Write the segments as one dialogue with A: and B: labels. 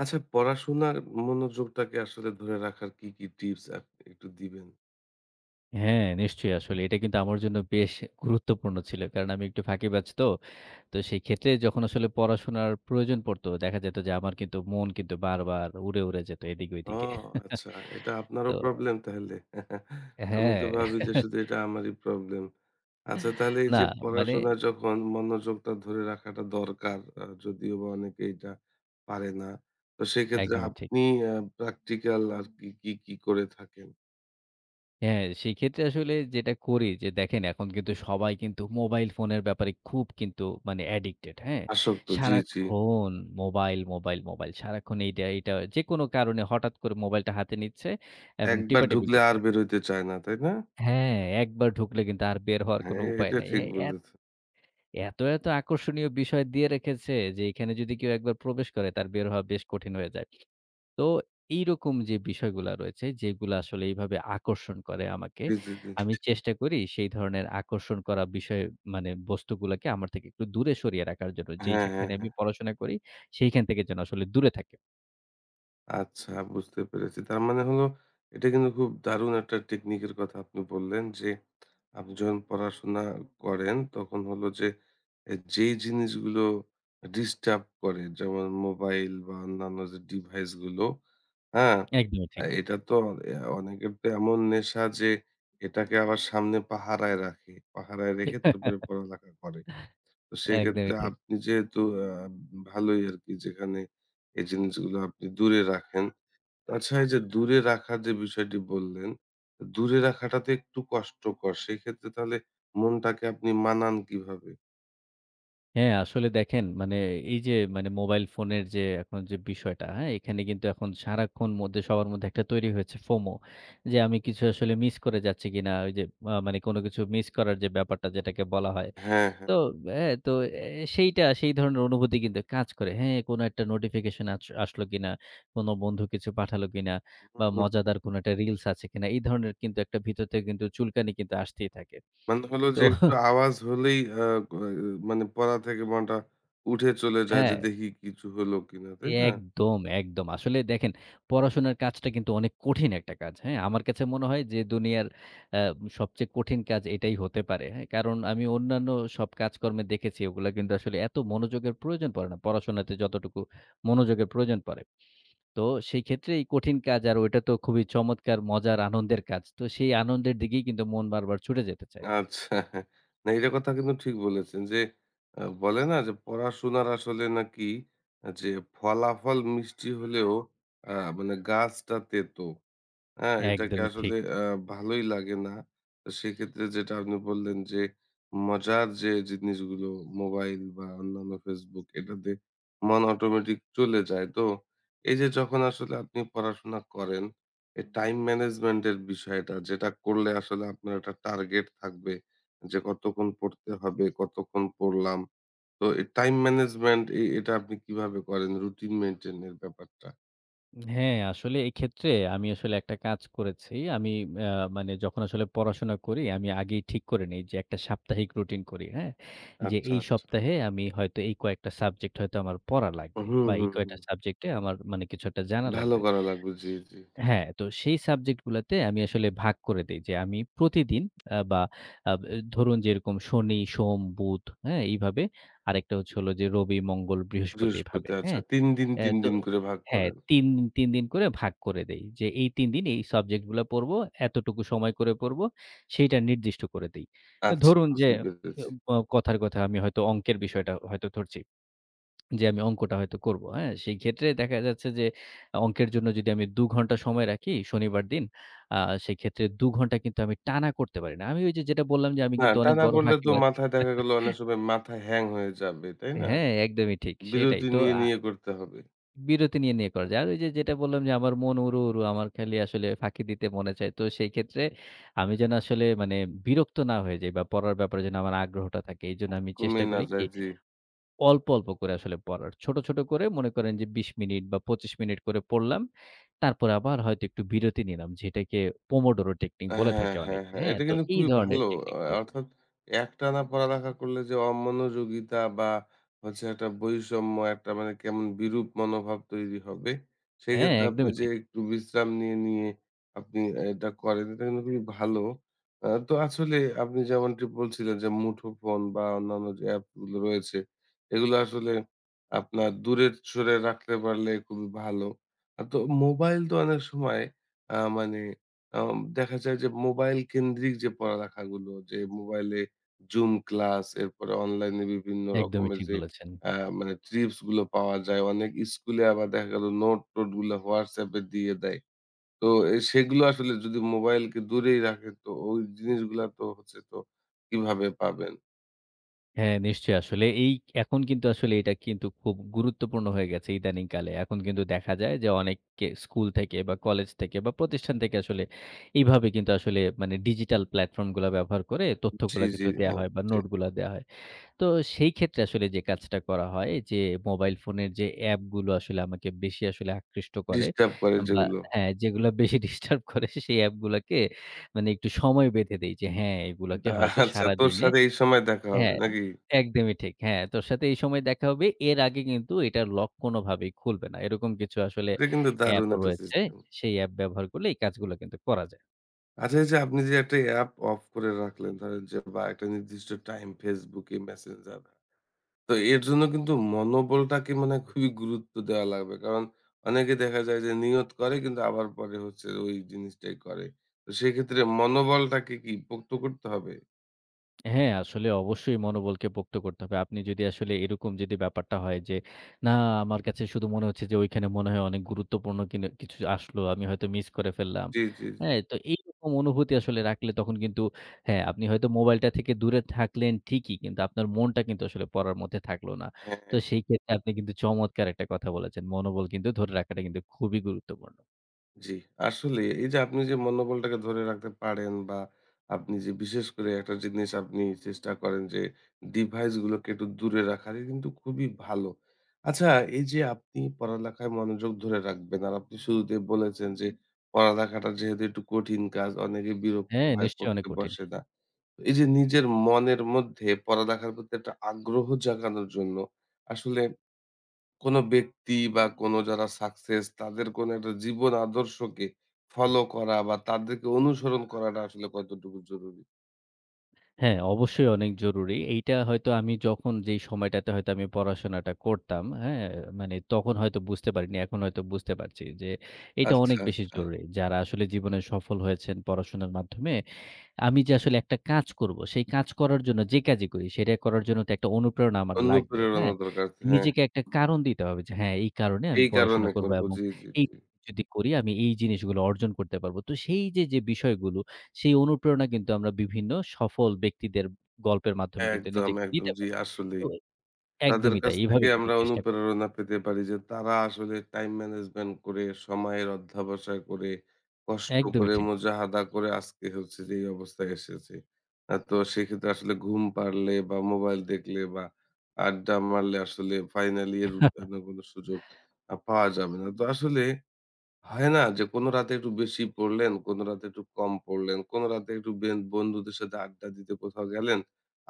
A: আচ্ছা, পড়াশোনার মনোযোগটাকে আসলে ধরে রাখার কি টিপস আপনি একটু দিবেন?
B: হ্যাঁ, নিশ্চয়ই আসলে এটা কিন্তু আমার জন্য বেশ গুরুত্বপূর্ণ ছিল। কারণ আমি একটু ফাঁকিবাজ তো। তো সেই ক্ষেত্রে যখন আসলে পড়াশোনার প্রয়োজন পড়তো, দেখা যেত যে আমার কিন্তু মন কিন্তু বারবার উড়ে যেত এদিকে
A: ও
B: ওইদিকে।
A: আচ্ছা, এটা আপনারও
B: তো
A: প্রবলেম তাহলে। আমি তো ভাবি
B: হ্যাঁ,
A: যে শুধু এটা আমারই প্রবলেম। আচ্ছা, তাহলে এই
B: না
A: যে
B: মানে
A: পড়াশোনায় যখন মনোযোগটা ধরে রাখাটা দরকার, যদিও বা অনেকে এটা পারে না। তো সেক্ষেত্রে
B: একদমই ঠিক।
A: আপনি প্র্যাকটিক্যাল আর কি করে থাকেন?
B: হ্যাঁ, সেই ক্ষেত্রে আসলে যেটা করি যে দেখেন এখন কিন্তু সবাই কিন্তু মোবাইল ফোনের ব্যাপারে খুব কিন্তু মানে অ্যাডিক্টেড, হ্যাঁ?
A: আসক্ত, জি, জি।
B: সারাক্ষণ মোবাইল। সারাক্ষণ এইটা যেকোনো কারণে হঠাৎ করে মোবাইলটা হাতে নিচ্ছে এবং
A: একবার
B: টিপাটিপি
A: ঢুকলে আর
B: করছে।
A: বের হইতে চায় না, তাই না?
B: হ্যাঁ, একবার ঢুকলে কিন্তু আর বের হওয়ার কোনো
A: হ্যাঁ,
B: উপায়
A: এটা
B: নাই।
A: ঠিক
B: হ্যাঁ, এত,
A: বলেছেন।
B: এত, এত আকর্ষণীয় বিষয় দিয়ে রেখেছে যে এখানে যদি কেউ একবার প্রবেশ করে তার বের হওয়া বেশ কঠিন হয়ে যায়। তো এইরকম যে বিষয়গুলা রয়েছে যেগুলা আসলে এইভাবে আকর্ষণ করে আমাকে,
A: জি, জি,
B: আমি
A: জি।
B: চেষ্টা করি সেই ধরনের আকর্ষণ করা বিষয় মানে বস্তুগুলাকে আমার থেকে একটু দূরে সরিয়ে রাখার জন্য।
A: হ্যাঁ, হ্যাঁ,
B: যেখানে আমি
A: হ্যাঁ।
B: পড়াশোনা করি সেইখান থেকে যেন আসলে দূরে থাকে।
A: আচ্ছা, বুঝতে পেরেছি। তার মানে হলো, এটা কিন্তু খুব দারুণ একটা টেকনিকের কথা আপনি বললেন যে, আপনি যখন পড়াশোনা করেন তখন হলো যে যেই জিনিসগুলো ডিস্টার্ব করে, যেমন মোবাইল বা অন্যান্য যে ডিভাইস গুলো, হ্যাঁ?
B: একদমই
A: আ
B: ঠিক।
A: এটা তো এ অনেকের তো এমন নেশা যে এটাকে আবার সামনে পাহারায় রাখে। পাহারায় রেখে তারপরে পড়ালেখা করে। তো
B: একদমই
A: সেক্ষেত্রে
B: ঠিক।
A: আপনি যেহেতু আ ভালোই আরকি, যেখানে এই জিনিসগুলো আপনি দূরে রাখেন। আচ্ছা, এই যে দূরে রাখার যে বিষয়টি বললেন, দূরে রাখাটা তো একটু কষ্টকর। সেক্ষেত্রে তাহলে মনটাকে আপনি মানান কিভাবে?
B: হ্যাঁ, আসলে দেখেন মানে এই যে মানে মোবাইল ফোনের যে এখন যে বিষয়টা, হ্যাঁ? এখানে কিন্তু এখন সারাক্ষণ মধ্যে সবার মধ্যে একটা তৈরি হয়েছে FOMO, যে আমি কিছু আসলে মিস করে যাচ্ছি কিনা? ওই যে মানে কোন কিছু মিস করার যে ব্যাপারটা যেটাকে বলা হয়।
A: হ্যাঁ, হ্যাঁ।
B: তো হ্যাঁ, তো এ সেইটা সেই ধরনের অনুভূতি কিন্তু কাজ করে। হ্যাঁ, কোন একটা নোটিফিকেশন আসলো কিনা? কোন বন্ধু কিছু পাঠালো কিনা? বা
A: হুম।
B: মজাদার কোন একটা রিলস আছে কিনা? এই ধরনের কিন্তু একটা ভিতর থেকে কিন্তু চুলকানি কিন্তু আসতেই থাকে।
A: মানে হলো
B: তো
A: যে একটু আওয়াজ হলেই আ গ মানে পড়া থেকে মনটা উঠে চলে যায় যে
B: হ্যাঁ।
A: দেখি কিছু হলো কিনা, তাই না?
B: একদম। আসলে দেখেন পড়াশোনার কাজটা কিন্তু অনেক কঠিন একটা কাজ, হ্যাঁ? আমার কাছে মনে হয় যে দুনিয়ার আ সবচেয়ে কঠিন কাজ এটাই হতে পারে, হ্যাঁ? কারণ আমি অন্যান্য সব কাজকর্মে দেখেছি ওগুলা কিন্তু আসলে এত মনোযোগের প্রয়োজন পড়ে না। পড়াশোনাতে যতটুকু মনোযোগের প্রয়োজন পড়ে। তো সেই ক্ষেত্রে এই কঠিন কাজ আর ওইটা তো খুবই চমৎকার মজার আনন্দের কাজ। তো সেই আনন্দের দিকেই কিন্তু মন বারবার ছুটে যেতে চায়।
A: আচ্ছা। না, এটা কথা কিন্তু ঠিক বলেছেন যে বলে না যে পড়াশোনার আসলে নাকি যে ফলাফল মিষ্টি হলেও আ মানে গাছটা তেতো। হ্যাঁ, এটাকে
B: একদমই
A: আসলে
B: ঠিক।
A: ভালোই লাগে না। তো সেক্ষেত্রে যেটা আপনি বললেন যে, মজার যে জিনিসগুলো, মোবাইল বা অন্যান্য Facebook, এটাতে মন অটোমেটিক চলে যায়। তো এই যে যখন আসলে আপনি পড়াশোনা করেন, এই টাইম ম্যানেজমেন্ট এর বিষয়টা যেটা করলে আসলে আপনার একটা টার্গেট থাকবে যে কতক্ষণ পড়তে হবে, কতক্ষণ পড়লাম। তো এই টাইম ম্যানেজমেন্ট এ এটা আপনি কিভাবে করেন, রুটিন মেইনটেইন এর ব্যাপারটা?
B: হ্যাঁ, আসলে এক্ষেত্রে আমি আসলে একটা কাজ করেছি। আমি আ মানে যখন আসলে পড়াশোনা করি, আমি আগেই ঠিক করে নেই যে একটা সাপ্তাহিক রুটিন করি, হ্যাঁ? যে
A: আচ্ছা,
B: এই
A: আচ্ছা।
B: সপ্তাহে আমি হয়তো এই কয়েকটা সাবজেক্ট হয়তো আমার পড়া লাগবে
A: হুম,
B: বা এই
A: হুম, হুম।
B: কয়টা সাবজেক্টে আমার মানে কিছু একটা জানা
A: ভালো
B: লাগবে।
A: করা লাগবে। জি, জি।
B: হ্যাঁ, তো সেই সাবজেক্ট গুলাতে আমি আসলে ভাগ করে দেই যে আমি প্রতিদিন আ বা আ ব ধরুন যেরকম শনি, সোম, বুধ, হ্যাঁ? এইভাবে আরেকটা হচ্ছে হলো যে রবি, মঙ্গল, বৃহস্পতি
A: বৃহস্পতি,
B: এভাবে,
A: আচ্ছা,
B: হ্যাঁ?
A: ৩ দিন, ৩
B: তো
A: দিন করে ভাগ
B: হ্যাঁ,
A: করেন।
B: ৩ দিন ৩ দিন করে ভাগ করে দেই। যে এই ৩ দিন এই সাবজেক্ট গুলা পড়বো, এতটুকু সময় করে পড়বো, সেইটা নির্দিষ্ট করে দেই।
A: আচ্ছা,
B: ধরুন যে
A: বুঝতে
B: এ
A: পেরেছি।
B: অ কথার কথা আমি হয়তো অঙ্কের বিষয়টা হয়তো ধরছি। যে আমি অঙ্কটা হয়তো করব, হ্যাঁ? সেই ক্ষেত্রে দেখা যাচ্ছে যে অঙ্কের জন্য যদি আমি ২ ঘন্টা সময় রাখি শনিবার দিন, আ সেক্ষেত্রে ২ ঘন্টা কিন্তু আমি টানা করতে পারি না। আমি ওই যে যেটা বললাম যে আমি
A: না
B: কিন্তু অনেক
A: টানা
B: বড়
A: করলে তো
B: ফাঁকিবাজ।
A: মাথায় দেখা গেল অনেক সময় মাথা হ্যাং হয়ে যাবে, তাই না?
B: হ্যাঁ, একদমই ঠিক। সেটাই।
A: বিরতি
B: তো
A: নিয়ে,
B: আ
A: নিয়ে করতে হবে।
B: বিরতি নিয়ে করা যায়। আর ওই যে যেটা বললাম যে আমার মন উড়ু আমার খালি আসলে ফাঁকি দিতে মনে চায়। তো সেই ক্ষেত্রে আমি যেন আসলে মানে বিরক্ত না হয়ে যাই বা পড়ার ব্যাপারে যেন আমার আগ্রহটা থাকে। এইজন্য আমি
A: কমে
B: চেষ্টা
A: না
B: করি কি
A: যায়, জি।
B: অল্প করে আসলে পড়ার। ছোট করে মনে করেন যে ২০ মিনিট বা ২৫ মিনিট করে পড়লাম। তারপরে আবার হয়তো একটু বিরতি নিলাম। যেটাকে পোমোডোরো টেকনিক বলে
A: হ্যাঁ,
B: থাকে
A: হ্যাঁ,
B: অনেকে।
A: হ্যাঁ।
B: হ্যাঁ?
A: এটা
B: তো
A: কিন্তু
B: এই
A: খুবই
B: ধরনের
A: ভালো।
B: টেকনিক ফলো করি।
A: অর্থাৎ একটানা পড়ালেখা করলে যে অমনোযোগিতা বা হচ্ছে একটা বৈষম্য, একটা মানে কেমন বিরূপ মনোভাব তৈরি হবে।
B: হ্যাঁ,
A: সেক্ষেত্রে আপনি
B: একদমই
A: যে
B: ঠিক।
A: একটু বিশ্রাম নিয়ে, নিয়ে আপনি এটা করেন, এটা কিন্তু খুবই ভালো। তো আসলে আপনি যেমনটি বলছিলেন যে মুঠোফোন বা অন্যান্য যে অ্যাপগুলো রয়েছে, এগুলো আসলে আপনার দূরে সরে রাখতে পারলে খুবই ভালো। তো মোবাইল তো অনেক সময় মানে দেখা যায় যে মোবাইল কেন্দ্রিক যে পড়ালেখাগুলো, যে মোবাইলে জুম ক্লাস, এরপরে অনলাইনে বিভিন্ন
B: একদমই
A: রকমের
B: ঠিক
A: যে
B: বলেছেন।
A: আ মানে ট্রিপস গুলো পাওয়া যায়। অনেক স্কুলে আবার দেখা গেল নোট টোট গুলো WhatsApp এ দিয়ে দেয়। তো সেগুলো আসলে যদি মোবাইলকে দূরেই রাখে তো ওই জিনিসগুলা তো হচ্ছে, তো কিভাবে পাবেন?
B: হ্যাঁ, নিশ্চয়ই আসলে এখন কিন্তু আসলে এটা কিন্তু খুব গুরুত্বপূর্ণ হয়ে গেছে ইদানিং কালে। এখন কিন্তু দেখা যায় যে অনেককে স্কুল থেকে বা কলেজ থেকে বা প্রতিষ্ঠান থেকে আসলে এইভাবে কিন্তু আসলে মানে ডিজিটাল প্ল্যাটফর্ম গুলা ব্যবহার করে
A: জি,
B: তথ্যগুলা
A: জি।
B: কিন্তু দেয়া
A: হ্যাঁ,
B: হয় বা
A: জি।
B: নোটগুলা দেয়া হয়। তো সেই ক্ষেত্রে আসলে যে কাজটা করা হয় যে মোবাইল ফোনের যে অ্যাপগুলো আসলে আমাকে বেশি আসলে আকৃষ্ট করে
A: ডিস্টার্ব করে
B: বা
A: যেগুলো।
B: হ্যাঁ, যেগুলা বেশি ডিস্টার্ব করে সেই অ্যাপগুলাকে মানে একটু সময় বেঁধে দেই যে হ্যাঁ, এগুলাকে
A: তা
B: হয়তো
A: আচ্ছা, তোর
B: সারাদিনে
A: সাথে এই সময় দেখা হবে
B: হ্যাঁ,
A: নাকি?
B: একদমই ঠিক। হ্যাঁ, তোর সাথে এই সময় দেখা হবে। এর আগে কিন্তু এটার লক কোনোভাবেই খুলবে না। এরকম কিছু আসলে
A: এটা কিন্তু
B: অ্যাপ
A: দারুণ একটা
B: রয়েছে।
A: সিস্টেম।
B: সেই অ্যাপ ব্যবহার করলে এই কাজগুলো কিন্তু করা যায়।
A: আচ্ছা, এই যে আপনি যে একটা অ্যাপ অফ করে রাখলেন ধরেন যে, বা একটা নির্দিষ্ট টাইম Facebook এ Messenger, তো এর জন্য কিন্তু মনোবলটাকে মানে খুবই গুরুত্ব দেওয়া লাগবে। কারণ অনেকে দেখা যায় যে নিয়ত করে কিন্তু আবার পরে হচ্ছে ওই জিনিসটাই করে। তো সেক্ষেত্রে মনোবলটাকে কি পোক্ত করতে হবে?
B: হ্যাঁ, আসলে অবশ্যই মনোবলকে পোক্ত করতে হবে। আপনি যদি আসলে এরকম যদি ব্যাপারটা হয় যে, না আমার কাছে শুধু মনে হচ্ছে যে ওইখানে মনে হয় অনেক গুরুত্বপূর্ণ কিছু আসলো, আমি হয়তো মিস করে ফেললাম।
A: জি, জি, জি।
B: হ্যাঁ, তো এইরকম অনুভূতি আসলে রাখলে তখন কিন্তু হ্যাঁ, আপনি হয়তো মোবাইলটা থেকে দূরে থাকলেন ঠিকই, কিন্তু আপনার মনটা কিন্তু আসলে পড়ার মধ্যে থাকলো না।
A: হ্যাঁ।
B: তো সেই ক্ষেত্রে আপনি কিন্তু চমৎকার একটা কথা বলেছেন। মনোবল কিন্তু ধরে রাখাটা কিন্তু খুবই গুরুত্বপূর্ণ।
A: জি, আসলে এই যে আপনি যে মনোবলটাকে ধরে রাখতে পারেন বা আপনি যে বিশেষ করে একটা জিনিস আপনি চেষ্টা করেন যে ডিভাইস গুলোকে একটু দূরে রাখার, এ কিন্তু খুবই ভালো। আচ্ছা, এই যে আপনি পড়ালেখায় মনোযোগ ধরে রাখবেন আর আপনি শুরুতেই বলেছেন যে পড়ালেখাটা যেহেতু একটু কঠিন কাজ, অনেকে বিরক্ত
B: হ্যাঁ,
A: হয়
B: নিশ্চয়ই অনেক
A: পড়তে
B: কঠিন।
A: বসে না। এই যে নিজের মনের মধ্যে পড়ালেখার প্রতি একটা আগ্রহ জাগানোর জন্য আসলে কোনো ব্যক্তি বা কোনো যারা সাকসেস তাদের কোনো একটা জীবন আদর্শকে ফলো করা বা তাদেরকে অনুসরণ করাটা আসলে কতটুকু জরুরি?
B: হ্যাঁ, অবশ্যই অনেক জরুরি। এইটা হয়তো আমি যখন যেই সময়টাতে হয়তো আমি পড়াশোনাটা করতাম, হ্যাঁ? মানে তখন হয়তো বুঝতে পারিনি। এখন হয়তো বুঝতে পারছি যে, এটা
A: আচ্ছা,
B: অনেক বেশি
A: আচ্ছা।
B: জরুরি। যারা আসলে জীবনে সফল হয়েছেন পড়াশোনার মাধ্যমে আমি যে আসলে একটা কাজ করব, সেই কাজ করার জন্য যে কাজই করি, সেটা করার জন্য তো একটা অনুপ্রেরণা আমার লাগবে।
A: অনুপ্রেরণা
B: হ্যাঁ?
A: দরকার। হ্যাঁ,
B: নিজেকে একটা কারণ দিতে হবে যে, হ্যাঁ, এই কারণে আমি
A: এই
B: পড়াশোনা
A: কারণে
B: করব
A: করব।
B: এবং
A: জি, জি,
B: এই
A: জি।
B: যদি করি আমি এই জিনিসগুলো অর্জন করতে পারব। তো সেই যে বিষয়গুলো, সেই অনুপ্রেরণা কিন্তু আমরা বিভিন্ন সফল ব্যক্তিদের গল্পের মাধ্যমে কিন্তু
A: একদম,
B: নিজেকে
A: একদম।
B: দিতে
A: জি,
B: পারি।
A: আসলেই।
B: তো
A: তাদের
B: একদমই তাই।
A: কাছ
B: এভাবে
A: থেকে
B: কিন্তু
A: আমরা
B: চেষ্টা করি।
A: অনুপ্রেরণা পেতে পারি যে তারা আসলে টাইম ম্যানেজমেন্ট করে, সময়ের অধ্যবসায় করে, কষ্ট
B: একদমই
A: করে,
B: ঠিক।
A: মুজাহাদা করে আজকে হচ্ছে যে এই অবস্থায় এসেছে। তো সেক্ষেত্রে আসলে ঘুম পাড়লে বা মোবাইল দেখলে বা আড্ডা মারলে আসলে ফাইনালি এর উত্থানের কোনো সুযোগ পাওয়া যাবে না। তো আসলে হয় না যে কোনো রাতে একটু বেশি পড়লেন, কোনো রাতে একটু কম পড়লেন, কোনো রাতে একটু বন্ধুদের সাথে আড্ডা দিতে কোথাও গেলেন,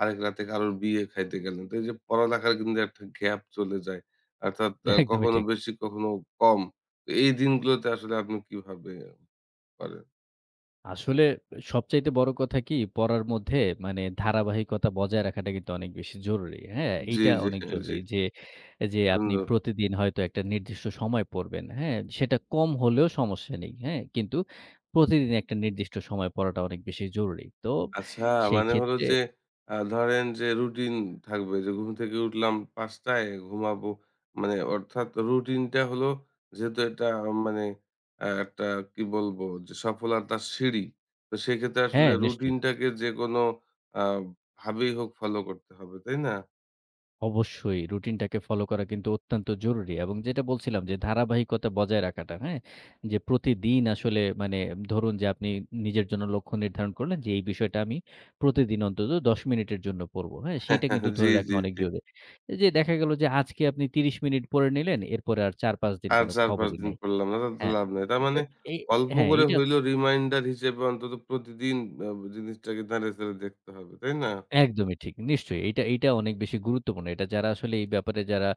A: আরেক রাতে কারোর বিয়ে খাইতে গেলেন। তো এই যে পড়ালেখার কিন্তু একটা গ্যাপ চলে যায়। অর্থাৎ
B: একদমই
A: কখনো
B: ঠিক।
A: বেশি, কখনো কম। তো এই দিনগুলোতে আসলে আপনি কিভাবে করেন?
B: আসলে সবচাইতে বড় কথা কি পড়ার মধ্যে মানে ধারাবাহিকতা বজায় রাখাটা কিন্তু অনেক বেশি জরুরি। হ্যাঁ?
A: জি,
B: এইটা
A: জি,
B: অনেক
A: হ্যাঁ,
B: জরুরি
A: জি।
B: যে, আপনি
A: সুন্দর।
B: প্রতিদিন হয়তো একটা নির্দিষ্ট সময় পড়বেন। হ্যাঁ? সেটা কম হলেও সমস্যা নেই। হ্যাঁ? কিন্তু প্রতিদিন একটা নির্দিষ্ট সময় পড়াটা অনেক বেশি জরুরি। তো
A: আচ্ছা,
B: সেই
A: মানে হলো
B: ক্ষেত্রে
A: যে ধরেন যে রুটিন থাকবে যে ঘুম থেকে উঠলাম ৫ টায় ঘুমাবো। মানে অর্থাৎ রুটিনটা হলো, যেহেতু এটা মানে একটা কি বলবো যে সফলতার সিঁড়ি। তো সেক্ষেত্রে আসলে
B: হ্যাঁ, নিশ্চয়ই।
A: রুটিনটাকে যেকোনো আ ভাবেই হোক ফলো করতে হবে, তাই না?
B: অবশ্যই রুটিনটাকে ফলো করা কিন্তু অত্যন্ত জরুরি এবং যেটা বলছিলাম যে ধারাবাহিকতা বজায় রাখাটা, হ্যাঁ? যে প্রতিদিন আসলে মানে ধরুন যে আপনি নিজের জন্য লক্ষ্য নির্ধারণ করলেন যে এই বিষয়টা আমি প্রতিদিন অন্তত ১০ মিনিটের জন্য পড়ব, হ্যাঁ? সেইটা কিন্তু
A: জি,
B: ধরে রাখা
A: জি,
B: অনেক
A: জি।
B: জরুরি। এই যে দেখা গেল যে আজকে আপনি ৩০ মিনিট পড়ে নিলেন, এরপরে আর ৪-৫ দিন
A: আর
B: কোন
A: ৪-৫
B: খবরই
A: দিন
B: নাই।
A: করলাম না, তাতে তো
B: হ্যাঁ,
A: লাভ নাই। তার
B: তো
A: মানে
B: এই
A: অল্প
B: হ্যাঁ,
A: করে
B: এইটা
A: হইলেও রিমাইন্ডার হিসেবে অন্তত প্রতিদিন আ জিনিসটাকে নেড়ে চেড়ে দেখতে হবে, তাই না?
B: একদমই ঠিক। নিশ্চয়ই। এইটা এইটা অনেক বেশি গুরুত্বপূর্ণ। এটা যারা আসলে এই ব্যাপারে যারা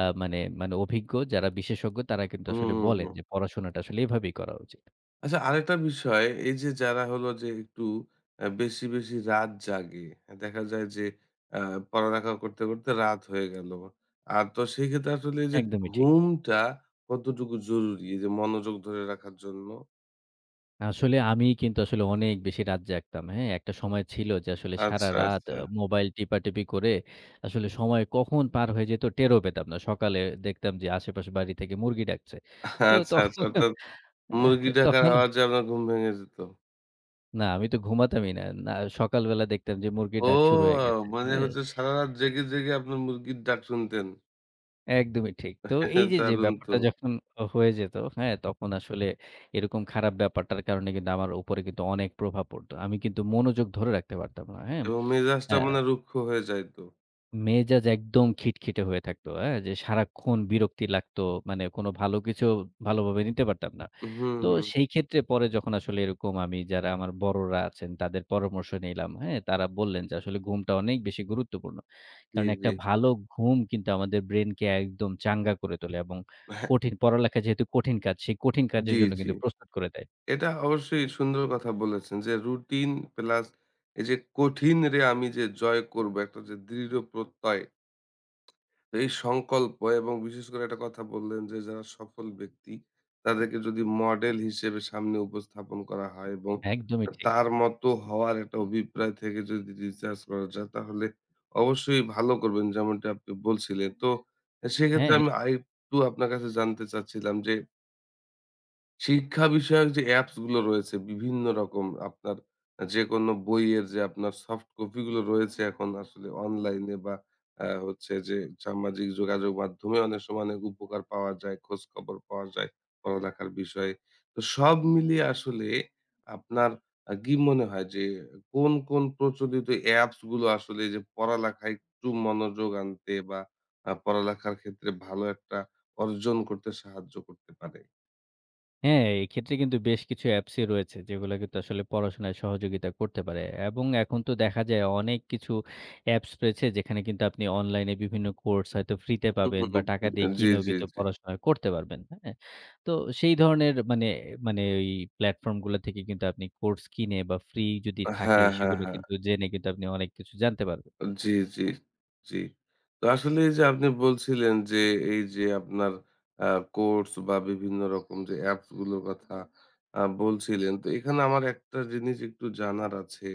B: আ মানে মানে অভিজ্ঞ, যারা বিশেষজ্ঞ তারা কিন্তু
A: হুম,
B: আসলে
A: হুম,
B: বলেন
A: হুম।
B: যে পড়াশোনাটা আসলে এভাবেই করা উচিত।
A: আচ্ছা, আরেকটা বিষয়, এই যে যারা হলো যে একটু বেশি বেশি রাত জাগে, হ্যাঁ, দেখা যায় যে পড়ালেখা করতে করতে রাত হয়ে গেল আর, তো সেই ক্ষেত্রে আসলে এই যে
B: একদমই ঠিক।
A: ঘুমটা কতটুকু জরুরি এই যে মনোযোগ ধরে রাখার জন্য।
B: আসলে আমি কিন্তু আসলে অনেক বেশি রাত জাগতাম। হ্যাঁ? একটা সময় ছিল যে আসলে
A: আচ্ছা,
B: সারারাত
A: আচ্ছা।
B: মোবাইল টিপাটিপি করে আসলে সময় কখন পার হয়ে যেত টেরও পেতাম না। সকালে দেখতাম যে আশেপাশে বাড়ি থেকে মুরগি ডাকছে। তো
A: আচ্ছা,
B: তখন
A: আচ্ছা, অর্থাৎ
B: আহ
A: মুরগি ডাকার
B: তখন
A: আওয়াজে আপনার ঘুম ভেঙে যেত?
B: না আমি তো ঘুমাতামই না। না সকালবেলা দেখতাম যে মুরগির
A: ও,
B: ডাক শুরু হয়ে গেছে।
A: মানে
B: হ্যাঁ?
A: হচ্ছে সারা রাত জেগে জেগে আপনার মুরগির ডাক শুনতেন?
B: একদমই ঠিক। তো এই যে
A: দারুণ তো।
B: ব্যাপারটা যখন হয়ে যেত, হ্যাঁ? তখন আসলে এরকম খারাপ ব্যাপারটার কারণে কিন্তু আমার উপরে কিন্তু অনেক প্রভাব পড়তো। আমি কিন্তু মনোযোগ ধরে রাখতে পারতাম না, হ্যাঁ?
A: এবং মেজাজটা
B: অ্যা
A: মানে রুক্ষ হয়ে যাইতো?
B: মেজাজ একদম খিটখিটে হয়ে থাকতো, হ্যাঁ? যে সারাক্ষণ বিরক্তি লাগতো। মানে কোনো ভালো কিছু ভালোভাবে নিতে পারতাম না।
A: হুম,
B: তো
A: হুম।
B: সেই ক্ষেত্রে পরে যখন আসলে এরকম আমি যারা আমার বড়রা আছেন তাদের পরামর্শ নিলাম, হ্যাঁ? তারা বললেন যে আসলে ঘুমটা অনেক বেশি গুরুত্বপূর্ণ। কারণ
A: জি।
B: একটা ভালো ঘুম কিন্তু আমাদের ব্রেইনকে একদম চাঙ্গা করে তোলে এবং
A: জি।
B: কঠিন পড়ালেখা যেহেতু কঠিন কাজ, সেই কঠিন
A: জি,
B: কাজের জন্য
A: জি।
B: কিন্তু প্রস্তুত করে দেয়।
A: এটা অবশ্যই সুন্দর কথা বলেছেন যে রুটিন প্লাস এই যে কঠিনরে আমি যে জয় করবো, একটা যে দৃঢ় প্রত্যয়। তো এই সংকল্প এবং বিশেষ করে একটা কথা বললেন যে যারা সফল ব্যক্তি তাদেরকে যদি মডেল হিসেবে সামনে উপস্থাপন করা হয় এবং
B: একদমই ঠিক।
A: তার মতো হওয়ার একটা অভিপ্রায় থেকে যদি রিসার্চ করা যায় তাহলে অবশ্যই ভালো করবেন, যেমনটি আপনি বলছিলেন। তো সেক্ষেত্রে
B: হ্যাঁ।
A: আমি আরেকটু আপনার কাছে জানতে চাচ্ছিলাম যে শিক্ষা বিষয়ক যে অ্যাপস গুলো রয়েছে বিভিন্ন রকম, আপনার যেকোনো বইয়ের যে আপনার সফট কপি গুলো রয়েছে এখন আসলে অনলাইনে বা হচ্ছে যে সামাজিক যোগাযোগ মাধ্যমে অনেক সময় অনেক উপকার পাওয়া যায়, খোঁজ খবর পাওয়া যায় পড়ালেখার বিষয়ে। তো সব মিলিয়ে আসলে আপনার কি মনে হয় যে কোন কোন প্রচলিত অ্যাপস গুলো আসলে যে পড়ালেখায় একটু মনোযোগ আনতে বা পড়ালেখার ক্ষেত্রে ভালো একটা অর্জন করতে সাহায্য করতে পারে?
B: হ্যাঁ, এক্ষেত্রে কিন্তু বেশ কিছু অ্যাপসই রয়েছে যেগুলো কিন্তু আসলে পড়াশোনায় সহযোগিতা করতে পারে এবং এখন তো দেখা যায় অনেক কিছু অ্যাপস রয়েছে যেখানে কিন্তু আপনি অনলাইনে বিভিন্ন কোর্স হয়তো ফ্রিতে পাবেন বা টাকা দিয়ে
A: হুম, জি,
B: কিনেও
A: জি,
B: কিন্তু
A: জি।
B: পড়াশোনা করতে পারবেন। হ্যাঁ? তো সেই ধরনের মানে মানে ওই প্ল্যাটফর্মগুলো থেকে কিন্তু আপনি কোর্স কিনে বা ফ্রি যদি থাকে
A: হ্যাঁ, হ্যাঁ,
B: সেগুলো
A: হ্যাঁ।
B: কিন্তু জেনে কিন্তু আপনি অনেক কিছু জানতে পারবেন।
A: জি, জি, জি। তো আসলে এই যে আপনি বলছিলেন যে এই যে আপনার আ কোর্স বা বিভিন্ন রকম যে অ্যাপস গুলোর কথা বলছিলেন। তো এখানে আমার একটা জিনিস একটু জানার আছে।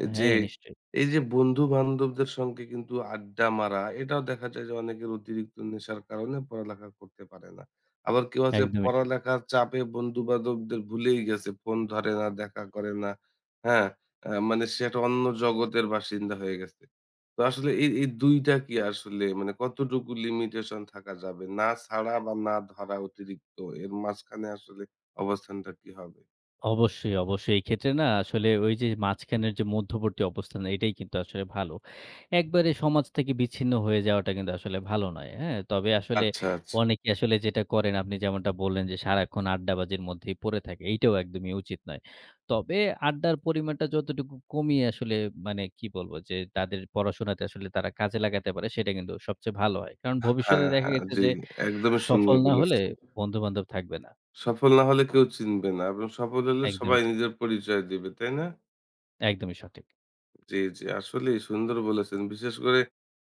A: এ যে
B: হ্যাঁ, নিশ্চয়ই।
A: এই যে বন্ধু-বান্ধবদের সঙ্গে কিন্তু আড্ডা মারা, এটাও দেখা যায় যে অনেকের অতিরিক্ত নেশার কারণে পড়ালেখা করতে পারে না। আবার কেউ আছে
B: একদমই ঠিক।
A: পড়ালেখার চাপে বন্ধু-বান্ধবদের ভুলেই গেছে। ফোন ধরে না, দেখা করে না। হ্যাঁ? মানে সে একটা অন্য জগতের বাসিন্দা হয়ে গেছে। তো আসলে এই ২ টা কি আসলে মানে কতটুকু লিমিটেশন থাকা যাবে? না ছাড়া বা না ধরা, অতিরিক্ত এর মাঝখানে আসলে অবস্থানটা কি হবে?
B: অবশ্যই। এই ক্ষেত্রে না আসলে ওই যে মাঝখানের যে মধ্যবর্তী অবস্থান এটাই কিন্তু আসলে ভালো। একবারে সমাজ থেকে বিচ্ছিন্ন হয়ে যাওয়াটা কিন্তু আসলে ভালো নয়। হ্যাঁ? তবে আসলে
A: আচ্ছা, আচ্ছা।
B: অনেকে আসলে যেটা করেন আপনি যেমনটা বললেন যে সারাক্ষণ আড্ডাবাজির মধ্যেই পড়ে থাকে। এইটাও একদমই উচিত নয়। তবে আড্ডার পরিমাণটা যতটুকু কমিয়ে আসলে মানে কি বলব যে তাদের পড়াশোনাতে আসলে তারা কাজে লাগাতে পারে সেটা কিন্তু সবচেয়ে ভালো হয়। কারণ ভবিষ্যতে
A: হ্যাঁ,
B: দেখা
A: হ্যাঁ।
B: গেছে
A: জি,
B: যে
A: একদমই
B: সফল
A: সুন্দর
B: না হলে
A: বলেছেন।
B: বন্ধু-বান্ধব থাকবে না।
A: সফল না হলে কেউ চিনবে না এবং সফল হলে সবাই
B: একদমই ঠিক।
A: নিজের পরিচয় দিবে, তাই না?
B: একদমই সঠিক।
A: জি, জি। আসলেই সুন্দর বলেছেন। বিশেষ করে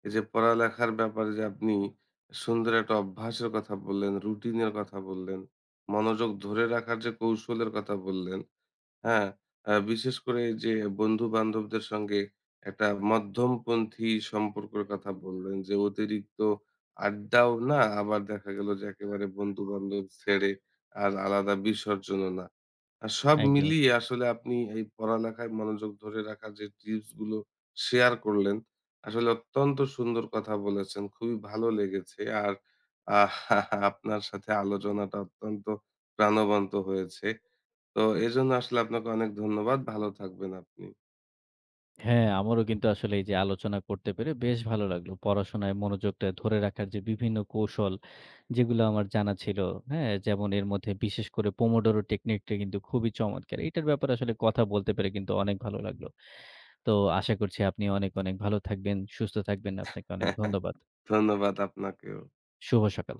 A: এই যে পড়ালেখার ব্যাপারে যে আপনি সুন্দর একটা অভ্যাসের কথা বললেন, রুটিনের কথা বললেন, মনোযোগ ধরে রাখার যে কৌশলের কথা বললেন, হ্যাঁ, বিশেষ করে যে বন্ধু-বান্ধবদের সঙ্গে একটা মধ্যমপন্থী সম্পর্কের কথা বললেন যে, অতিরিক্ত আড্ডাও না, আবার দেখা গেল যে একেবারে বন্ধু-বান্ধব ছেড়ে আর আলাদা বিসর্জনও না। সব
B: একদমই
A: মিলিয়ে
B: ঠিক।
A: আসলে আপনি এই পড়ালেখায় মনোযোগ ধরে রাখার যে টিপস গুলো শেয়ার করলেন, আসলে অত্যন্ত সুন্দর কথা বলেছেন। খুবই ভালো লেগেছে। আর আহ আপনার সাথে আলোচনাটা অত্যন্ত প্রাণবন্ত হয়েছে। তো এজন্য আসলে আপনাকে অনেক ধন্যবাদ। ভালো থাকবেন আপনি।
B: হ্যাঁ, আমারও কিন্তু আসলে এই যে আলোচনা করতে পেরে বেশ ভালো লাগলো। পড়াশোনায় মনোযোগটা ধরে রাখার যে বিভিন্ন কৌশল, যেগুলো আমার জানা ছিল, হ্যাঁ? যেমন এর মধ্যে বিশেষ করে Pomodoro টেকনিকটা কিন্তু খুবই চমৎকার। এটার ব্যাপারে আসলে কথা বলতে পেরে কিন্তু অনেক ভালো লাগলো। তো আশা করছি আপনি অনেক ভালো থাকবেন, সুস্থ থাকবেন। আপনাকে অনেক ধন্যবাদ।
A: ধন্যবাদ আপনাকেও।
B: শুভ সকাল।